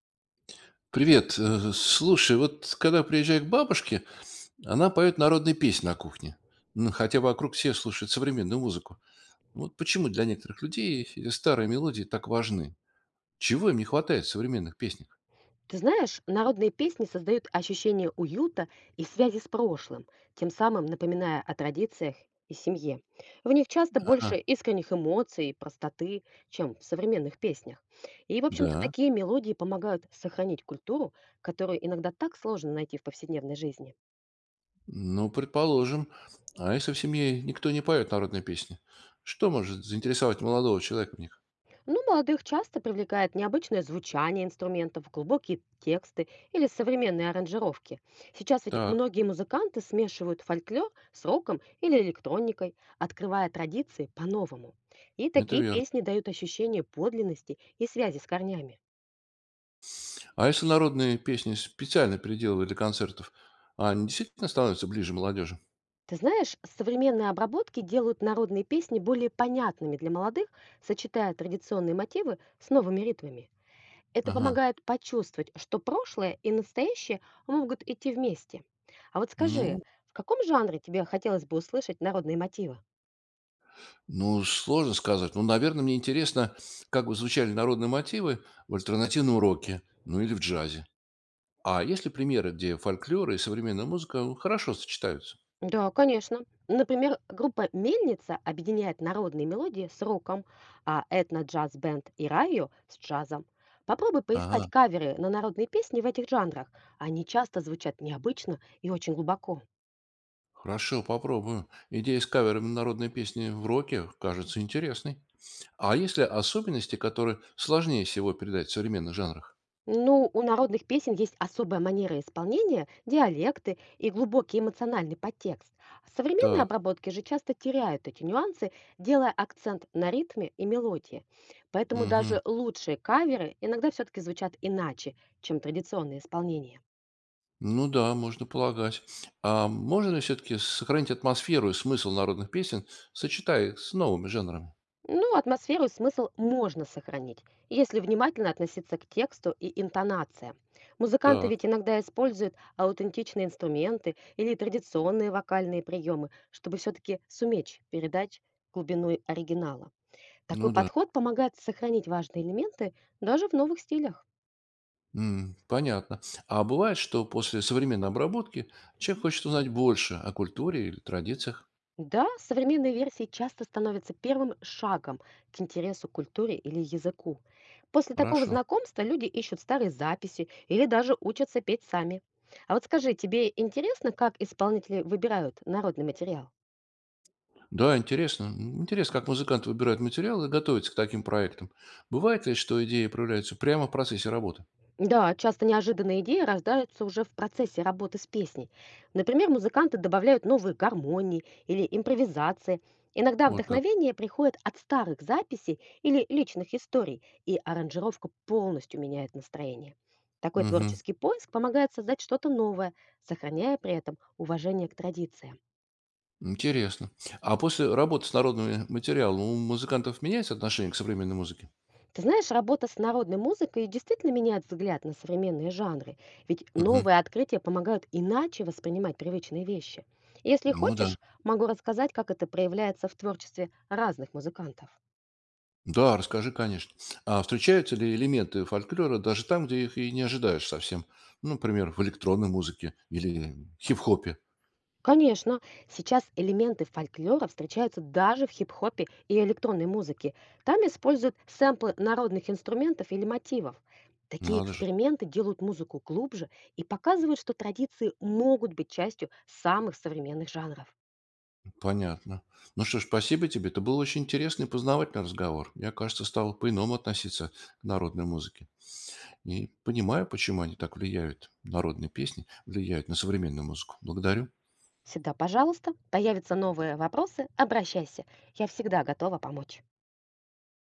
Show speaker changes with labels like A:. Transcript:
A: Привет. Слушай, вот когда приезжаю к бабушке, она поет народные песни на кухне. Ну, Хотя вокруг все слушают современную музыку. Вот почему для некоторых людей эти старые мелодии так важны? Чего им не хватает в современных песнях?
B: Ты знаешь, народные песни создают ощущение уюта и связи с прошлым, тем самым напоминая о традициях и семье. В них часто больше
A: Ага.
B: искренних эмоций и простоты, чем в современных песнях. И, в общем-то,
A: Да.
B: такие мелодии помогают сохранить культуру, которую иногда так сложно найти в повседневной жизни.
A: Ну, предположим. А если в семье никто не поет народные песни? Что может заинтересовать молодого человека в них?
B: Ну, молодых часто привлекает необычное звучание инструментов, глубокие тексты или современные аранжировки. Сейчас ведь
A: Так,
B: многие музыканты смешивают фольклор с роком или электроникой, открывая традиции по-новому. И
A: это
B: такие
A: верно.
B: песни дают ощущение подлинности и связи с корнями.
A: А если народные песни специально переделывают для концертов, а они действительно становятся ближе молодежи?
B: Ты знаешь, современные обработки делают народные песни более понятными для молодых, сочетая традиционные мотивы с новыми ритмами. Это
A: Ага.
B: помогает почувствовать, что прошлое и настоящее могут идти вместе. А вот скажи,
A: Ну,
B: в каком жанре тебе хотелось бы услышать народные мотивы?
A: Ну, сложно сказать. Ну, наверное, мне интересно, как бы звучали народные мотивы в альтернативном роке, ну или в джазе. А есть ли примеры, где фольклор и современная музыка ну, хорошо сочетаются?
B: Да, конечно. Например, группа «Мельница» объединяет народные мелодии с роком, а этно-джаз-бенд «Ирайо» с джазом. Попробуй
A: Ага,
B: поискать каверы на народные песни в этих жанрах. Они часто звучат необычно и очень глубоко.
A: хорошо, попробую. Идея с каверами на народные песни в роке кажется интересной. А есть ли особенности, которые сложнее всего передать в современных жанрах?
B: Ну, у народных песен есть особая манера исполнения, диалекты и глубокий эмоциональный подтекст. Современные
A: Так,
B: обработки же часто теряют эти нюансы, делая акцент на ритме и мелодии. Поэтому
A: мгм.
B: даже лучшие каверы иногда все-таки звучат иначе, чем традиционные исполнения.
A: Ну да, можно полагать. А можно ли все-таки сохранить атмосферу и смысл народных песен, сочетая их с новыми жанрами?
B: Ну, атмосферу и смысл можно сохранить, если внимательно относиться к тексту и интонациям. Музыканты
A: Так.
B: ведь иногда используют аутентичные инструменты или традиционные вокальные приемы, чтобы все-таки суметь передать глубину оригинала. Такой
A: Ну да.
B: подход помогает сохранить важные элементы даже в новых стилях.
A: Понятно. А бывает, что после современной обработки человек хочет узнать больше о культуре или традициях.
B: Да, современные версии часто становятся первым шагом к интересу к культуре или языку. После такого
A: Хорошо.
B: знакомства люди ищут старые записи или даже учатся петь сами. А вот скажи, тебе интересно, как исполнители выбирают народный материал?
A: Да, интересно. Интересно, как музыканты выбирают материалы и готовятся к таким проектам. Бывает ли, что идеи проявляются прямо в процессе работы?
B: Да, часто неожиданные идеи рождаются уже в процессе работы с песней. Например, музыканты добавляют новые гармонии или импровизации. Иногда
A: Вот как.
B: вдохновение приходит от старых записей или личных историй, и аранжировка полностью меняет настроение. Такой
A: Мгм.
B: творческий поиск помогает создать что-то новое, сохраняя при этом уважение к традициям.
A: Интересно. А после работы с народными материалами у музыкантов меняется отношение к современной музыке?
B: Ты знаешь, работа с народной музыкой действительно меняет взгляд на современные жанры, ведь
A: Мгм.
B: новые открытия помогают иначе воспринимать привычные вещи. Если
A: Ну да.
B: хочешь, могу рассказать, как это проявляется в творчестве разных музыкантов.
A: Да, расскажи, конечно. А встречаются ли элементы фольклора даже там, где их и не ожидаешь совсем? Ну, например, в электронной музыке или хип-хопе.
B: Конечно, сейчас элементы фольклора встречаются даже в хип-хопе и электронной музыке. Там используют сэмплы народных инструментов или мотивов. Такие
A: Надо же,
B: эксперименты делают музыку глубже и показывают, что традиции могут быть частью самых современных жанров.
A: понятно. Ну что ж, спасибо тебе. Это был очень интересный и познавательный разговор. Я, кажется, стал по-иному относиться к народной музыке. И понимаю, почему они так влияют, народные песни влияют на современную музыку. Благодарю.
B: Всегда пожалуйста. Появятся новые вопросы — обращайся. Я всегда готова помочь.